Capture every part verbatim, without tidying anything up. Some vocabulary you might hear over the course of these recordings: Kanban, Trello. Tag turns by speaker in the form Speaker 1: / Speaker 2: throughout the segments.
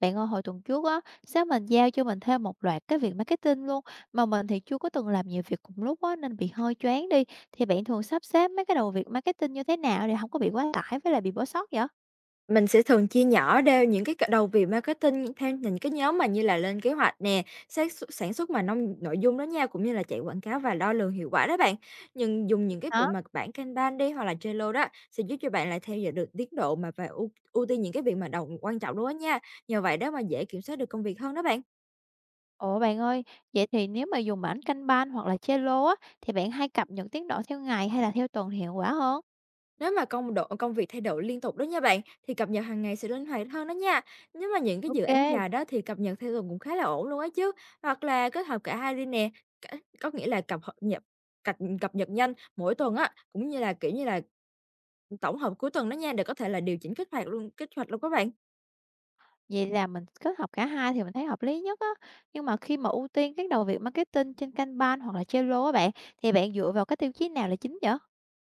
Speaker 1: Bạn ơi, hồi tuần trước á, sếp mình giao cho mình thêm một loạt cái việc marketing luôn, mà mình thì chưa có từng làm nhiều việc cùng lúc á, nên bị hơi choáng đi. Thì bạn thường sắp xếp mấy cái đầu việc marketing như thế nào để không có bị quá tải với lại bị bỏ sót vậy?
Speaker 2: Mình sẽ thường chia nhỏ ra những cái c đầu việc marketing theo những cái nhóm mà như là lên kế hoạch nè, xác xuất sản xuất mà nông nội dung đó nha, cũng như là chạy quảng cáo và đo lường hiệu quả đó bạn. Nhưng dùng những cái việc
Speaker 1: Hả?
Speaker 2: mà bản Kanban đi hoặc là Trello đó sẽ giúp cho bạn lại theo dõi được tiến độ mà và ưu ưu tiên những cái việc mà đầu quan trọng đó nha. Nhờ vậy đó mà dễ kiểm soát được công việc hơn đó bạn.
Speaker 1: Ủa bạn ơi, vậy thì nếu mà dùng bảng Kanban hoặc là Trello á, thì bạn hay cập nhật tiến độ theo ngày hay là theo tuần thì hiệu quả hơn?
Speaker 2: Nếu mà công độ công việc thay đổi liên tục đó nha bạn, thì cập nhật hàng ngày sẽ linh hoạt hơn đó nha. Nếu mà những cái dự án
Speaker 1: Ok,
Speaker 2: dài đó thì cập nhật theo tuần cũng khá là ổn luôn á chứ. Hoặc là kết hợp cả hai đi nè, cả- có nghĩa là cập hợp nhập cập, cập nhật nhanh mỗi tuần á, cũng như là kiểu như là tổng hợp cuối tuần đó nha để có thể là điều chỉnh kích hoạt luôn kích hoạt luôn các bạn.
Speaker 1: vậy là mình kết hợp cả hai thì mình thấy hợp lý nhất á. Nhưng mà khi mà ưu tiên các đầu việc marketing trên Kanban hoặc là Trello á bạn, thì bạn dựa vào cái tiêu chí nào là chính vậy?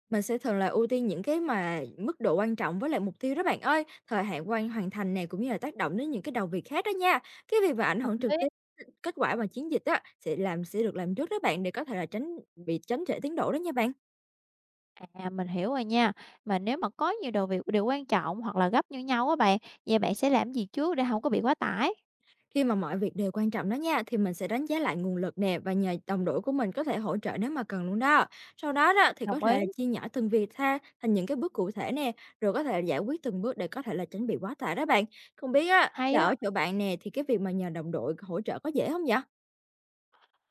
Speaker 2: Mình sẽ thường là ưu tiên những cái mà mức độ quan trọng với lại mục tiêu đó bạn ơi, thời hạn quan hoàn thành này cũng như là tác động đến những cái đầu việc khác đó nha. Cái việc mà ảnh
Speaker 1: Hợp
Speaker 2: hưởng
Speaker 1: lý.
Speaker 2: trực tiếp đến kết quả mà chiến dịch á, sẽ làm sẽ được làm trước đó bạn để có thể là tránh bị tránh trễ tiến độ đó nha bạn.
Speaker 1: À, mình hiểu rồi nha. Mà nếu mà có nhiều đồ việc đều quan trọng hoặc là gấp như nhau á bạn, vậy bạn sẽ làm gì trước để không có bị quá tải?
Speaker 2: Khi mà mọi việc đều quan trọng đó nha, thì mình sẽ đánh giá lại nguồn lực nè và nhờ đồng đội của mình có thể hỗ trợ nếu mà cần luôn đó. Sau đó đó thì có
Speaker 1: Đồng ý.
Speaker 2: thể chia nhỏ từng việc ra thành những cái bước cụ thể nè, rồi có thể giải quyết từng bước để có thể là tránh bị quá tải đó bạn. Không biết á,
Speaker 1: Hay
Speaker 2: là
Speaker 1: á,
Speaker 2: ở chỗ bạn nè thì cái việc mà nhờ đồng đội hỗ trợ có dễ không vậy?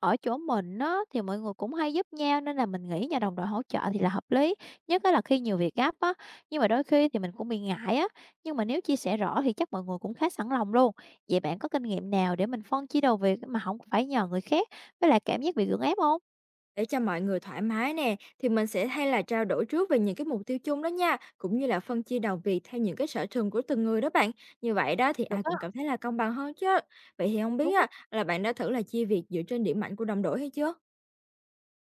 Speaker 1: ở chỗ mình á, thì mọi người cũng hay giúp nhau nên là mình nghĩ nhà đồng đội hỗ trợ thì là hợp lý, nhất á là khi nhiều việc gấp á. Nhưng mà đôi khi thì mình cũng bị ngại á, nhưng mà nếu chia sẻ rõ thì chắc mọi người cũng khá sẵn lòng luôn. Vậy bạn có kinh nghiệm nào để mình phân chia đầu việc mà không phải nhờ người khác, với lại cảm giác bị gượng ép không?
Speaker 2: Để cho mọi người thoải mái nè, thì mình sẽ hay là trao đổi trước về những cái mục tiêu chung đó nha, cũng như là phân chia đầu việc theo những cái sở trường của từng người đó bạn. Như vậy đó thì
Speaker 1: Được
Speaker 2: ai
Speaker 1: á,
Speaker 2: cũng cảm thấy là công bằng hơn chứ. Vậy thì không biết
Speaker 1: đúng.
Speaker 2: á, là bạn đã thử là chia việc dựa trên điểm mạnh của đồng đội hay chưa?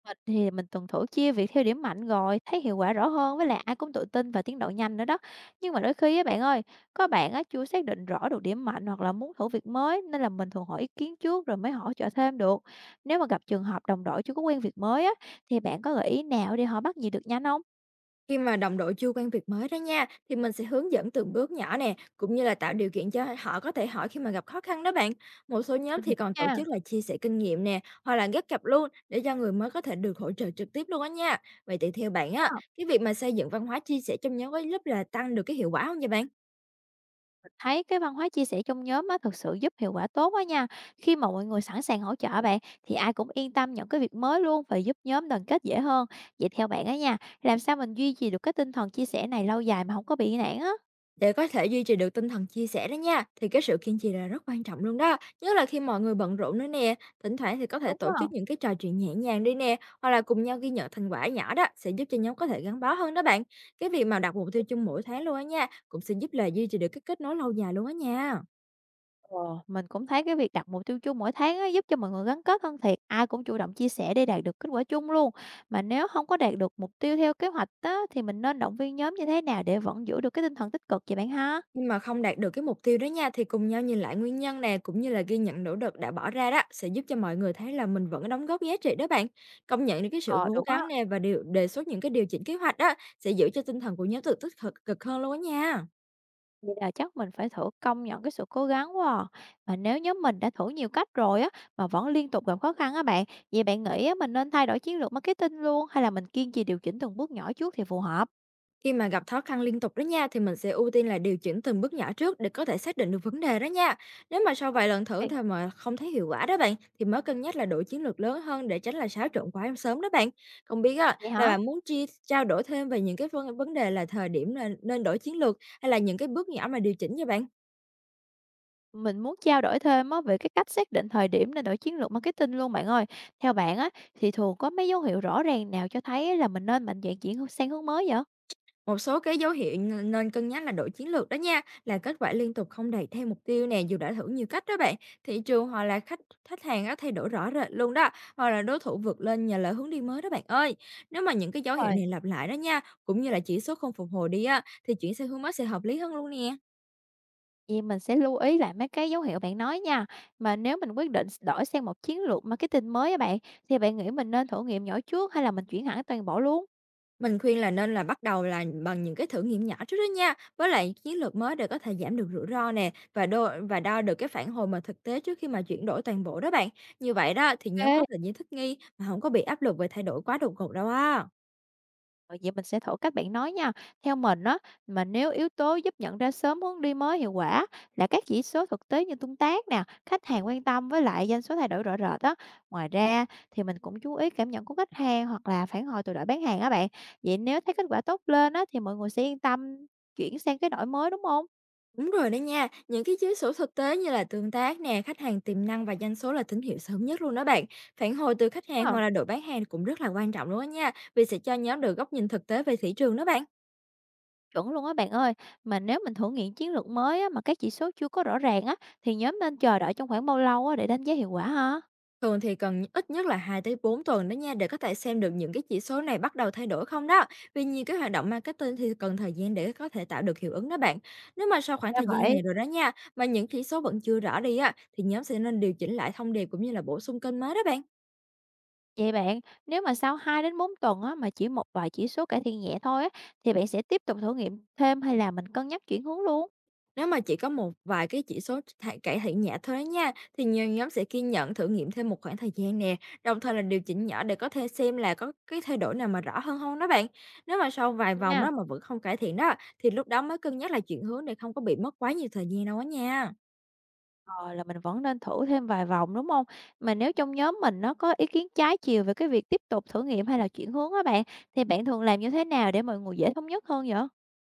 Speaker 1: Mình thì mình tuần thử chia việc theo điểm mạnh rồi, thấy hiệu quả rõ hơn với lại ai cũng tự tin và tiến độ nhanh nữa đó. Nhưng mà đôi khi á bạn ơi, có bạn á chưa xác định rõ được điểm mạnh hoặc là muốn thử việc mới nên là mình thường hỏi ý kiến trước rồi mới hỗ trợ thêm được. Nếu mà gặp trường hợp đồng đội chưa có quen việc mới á thì bạn có gợi ý nào để họ bắt nhịp được nhanh không?
Speaker 2: Khi mà đồng đội chưa quen việc mới đó nha, thì mình sẽ hướng dẫn từng bước nhỏ nè, cũng như là tạo điều kiện cho họ có thể hỏi khi mà gặp khó khăn đó bạn. Một số nhóm
Speaker 1: Mình
Speaker 2: thì
Speaker 1: hiểu
Speaker 2: còn tổ
Speaker 1: nha.
Speaker 2: chức là chia sẻ kinh nghiệm nè, hoặc là ghép cặp luôn để cho người mới có thể được hỗ trợ trực tiếp luôn á nha. Vậy thì theo bạn á, cái việc mà xây dựng văn hóa chia sẻ trong nhóm có giúp là tăng được cái hiệu quả không vậy bạn?
Speaker 1: Thấy cái văn hóa chia sẻ trong nhóm á, thực sự giúp hiệu quả tốt quá nha. Khi mà mọi người sẵn sàng hỗ trợ bạn thì ai cũng yên tâm nhận cái việc mới luôn và giúp nhóm đoàn kết dễ hơn. Vậy theo bạn á nha, làm sao mình duy trì được cái tinh thần chia sẻ này lâu dài mà không có bị nản á?
Speaker 2: Để có thể duy trì được tinh thần chia sẻ đó nha, thì cái sự kiên trì là rất quan trọng luôn đó. Nhất là khi mọi người bận rộn nữa nè, thỉnh thoảng thì có thể
Speaker 1: Đúng
Speaker 2: tổ
Speaker 1: không?
Speaker 2: chức những cái trò chuyện nhẹ nhàng đi nè, hoặc là cùng nhau ghi nhận thành quả nhỏ đó sẽ giúp cho nhóm có thể gắn bó hơn đó bạn. Cái việc mà đặt mục tiêu chung mỗi tháng luôn á nha, cũng sẽ giúp là duy trì được cái kết nối lâu dài luôn á nha.
Speaker 1: Ờ, mình cũng thấy cái việc đặt mục tiêu chung mỗi tháng á, giúp cho mọi người gắn kết hơn thiệt. Ai cũng chủ động chia sẻ để đạt được kết quả chung luôn. Mà nếu không có đạt được mục tiêu theo kế hoạch á, thì mình nên động viên nhóm như thế nào để vẫn giữ được cái tinh thần tích cực vậy bạn ha?
Speaker 2: Nhưng mà không đạt được cái mục tiêu đó nha, thì cùng nhau nhìn lại nguyên nhân nè, cũng như là ghi nhận nỗ lực đã bỏ ra đó, sẽ giúp cho mọi người thấy là mình vẫn đóng góp giá trị đó bạn. Công nhận được cái sự
Speaker 1: Ờ,
Speaker 2: cố
Speaker 1: được á.
Speaker 2: gắng nè và điều đề xuất những cái điều chỉnh kế hoạch đó, sẽ giữ cho tinh thần của nhóm tự tích cực cực hơn luôn á nha.
Speaker 1: Vậy là chắc mình phải thử công nhận cái sự cố gắng quá à. Mà nếu nhóm mình đã thử nhiều cách rồi á mà vẫn liên tục gặp khó khăn á bạn, vậy bạn nghĩ á, mình nên thay đổi chiến lược marketing luôn hay là mình kiên trì điều chỉnh từng bước nhỏ trước thì phù hợp?
Speaker 2: Khi mà gặp khó khăn liên tục đó nha thì mình sẽ ưu tiên là điều chỉnh từng bước nhỏ trước để có thể xác định được vấn đề đó nha. Nếu mà sau vài lần thử
Speaker 1: Thì-
Speaker 2: thôi mà không thấy hiệu quả đó bạn thì mới cân nhắc là đổi chiến lược lớn hơn để tránh là xáo trộn quá sớm đó bạn. Không biết á,
Speaker 1: Vậy
Speaker 2: là
Speaker 1: hả?
Speaker 2: bạn muốn chia trao đổi thêm về những cái vấn vấn đề là thời điểm là nên đổi chiến lược hay là những cái bước nhỏ mà điều chỉnh cho bạn?
Speaker 1: Mình muốn trao đổi thêm á về cái cách xác định thời điểm để đổi chiến lược marketing luôn bạn ơi. Theo bạn á thì thường có mấy dấu hiệu rõ ràng nào cho thấy là mình nên mạnh dạn chuyển sang hướng mới vậy?
Speaker 2: Một số cái dấu hiệu n nên cân nhắc là đổi chiến lược đó nha, là kết quả liên tục không đạt theo mục tiêu nè, dù đã thử nhiều cách đó bạn. Thị trường hoặc là khách khách hàng á thay đổi rõ rệt luôn đó, hoặc là đối thủ vượt lên nhờ là hướng đi mới đó bạn ơi. Nếu mà những cái dấu hiệu
Speaker 1: Rồi.
Speaker 2: này lặp lại đó nha, cũng như là chỉ số không phục hồi đi á, thì chuyển sang hướng mới sẽ hợp lý hơn luôn nè.
Speaker 1: Vậy mình sẽ lưu ý lại mấy cái dấu hiệu bạn nói nha. Mà nếu mình quyết định đổi sang một chiến lược marketing mới á bạn, thì bạn nghĩ mình nên thử nghiệm nhỏ trước hay là mình chuyển hẳn toàn bộ luôn?
Speaker 2: Mình khuyên là nên là bắt đầu là bằng những cái thử nghiệm nhỏ trước đó nha, với lại chiến lược mới để có thể giảm được rủi ro nè và đo và đo được cái phản hồi mà thực tế trước khi mà chuyển đổi toàn bộ đó bạn. Như vậy đó thì nhóm có
Speaker 1: Ok,
Speaker 2: thời gian thích nghi mà không có bị áp lực về thay đổi quá đột ngột đâu á.
Speaker 1: ờ, vậy mình sẽ thử cách bạn nói nha. Theo mình á, mà nếu yếu tố giúp nhận ra sớm hướng đi mới hiệu quả là các chỉ số thực tế như tương tác nè, khách hàng quan tâm với lại doanh số thay đổi rõ rệt á. Ngoài ra thì mình cũng chú ý cảm nhận của khách hàng hoặc là phản hồi từ đội bán hàng á bạn. Vậy nếu thấy kết quả tốt lên á thì mọi người sẽ yên tâm chuyển sang cái đổi mới đúng không?
Speaker 2: Đúng rồi đó nha, những cái chỉ số thực tế như là tương tác nè, khách hàng tiềm năng và doanh số là tín hiệu sớm nhất luôn đó bạn. Phản hồi từ khách hàng hoặc là đội bán hàng cũng rất là quan trọng luôn đó nha, vì sẽ cho nhóm được góc nhìn thực tế về thị trường đó bạn.
Speaker 1: Chuẩn luôn á bạn ơi, mà nếu mình thử nghiệm chiến lược mới á, mà các chỉ số chưa có rõ ràng á, thì nhóm nên chờ đợi trong khoảng bao lâu á, để đánh giá hiệu quả ha?
Speaker 2: Thường thì cần ít nhất là hai tới bốn tuần đó nha để có thể xem được những cái chỉ số này bắt đầu thay đổi không đó. Vì nhiều cái hoạt động marketing thì cần thời gian để có thể tạo được hiệu ứng đó bạn. Nếu mà sau khoảng
Speaker 1: Ra
Speaker 2: thời gian
Speaker 1: vậy.
Speaker 2: này rồi đó nha, mà những chỉ số vẫn chưa rõ đi á thì nhóm sẽ nên điều chỉnh lại thông điệp cũng như là bổ sung kênh mới đó bạn.
Speaker 1: Vậy bạn, nếu mà sau hai đến bốn tuần á, mà chỉ một vài chỉ số cải thiện nhẹ thôi á, thì bạn sẽ tiếp tục thử nghiệm thêm hay là mình cân nhắc chuyển hướng luôn?
Speaker 2: Nếu mà chỉ có một vài cái chỉ số thải cải thiện nhẹ thôi đó nha, thì nhiều nhóm sẽ kiên nhẫn thử nghiệm thêm một khoảng thời gian nè, đồng thời là điều chỉnh nhỏ để có thể xem là có cái thay đổi nào mà rõ hơn không đó bạn. Nếu mà sau vài vòng
Speaker 1: Nha,
Speaker 2: đó mà vẫn không cải thiện đó, thì lúc đó mới cân nhắc là chuyển hướng để không có bị mất quá nhiều thời gian đâu á nha.
Speaker 1: ờ, là mình vẫn nên thử thêm vài vòng đúng không? Mà nếu trong nhóm mình nó có ý kiến trái chiều về cái việc tiếp tục thử nghiệm hay là chuyển hướng á bạn, thì bạn thường làm như thế nào để mọi người dễ thống nhất hơn vậy?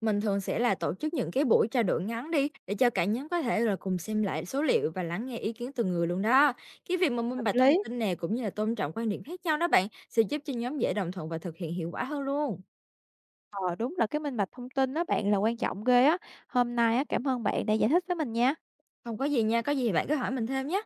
Speaker 2: Mình thường sẽ là tổ chức những cái buổi trao đổi ngắn đi, để cho cả nhóm có thể là cùng xem lại số liệu và lắng nghe ý kiến từ người luôn đó. Cái việc mà minh
Speaker 1: Hợp
Speaker 2: bạch thông
Speaker 1: lý.
Speaker 2: tin nè, cũng như là tôn trọng quan điểm khác nhau đó bạn, sẽ giúp cho nhóm dễ đồng thuận và thực hiện hiệu quả hơn luôn.
Speaker 1: Ờ, đúng là cái minh bạch thông tin đó bạn là quan trọng ghê á. Hôm nay á, cảm ơn bạn đã giải thích với mình nha.
Speaker 2: Không có gì nha, có gì thì bạn cứ hỏi mình thêm nhé.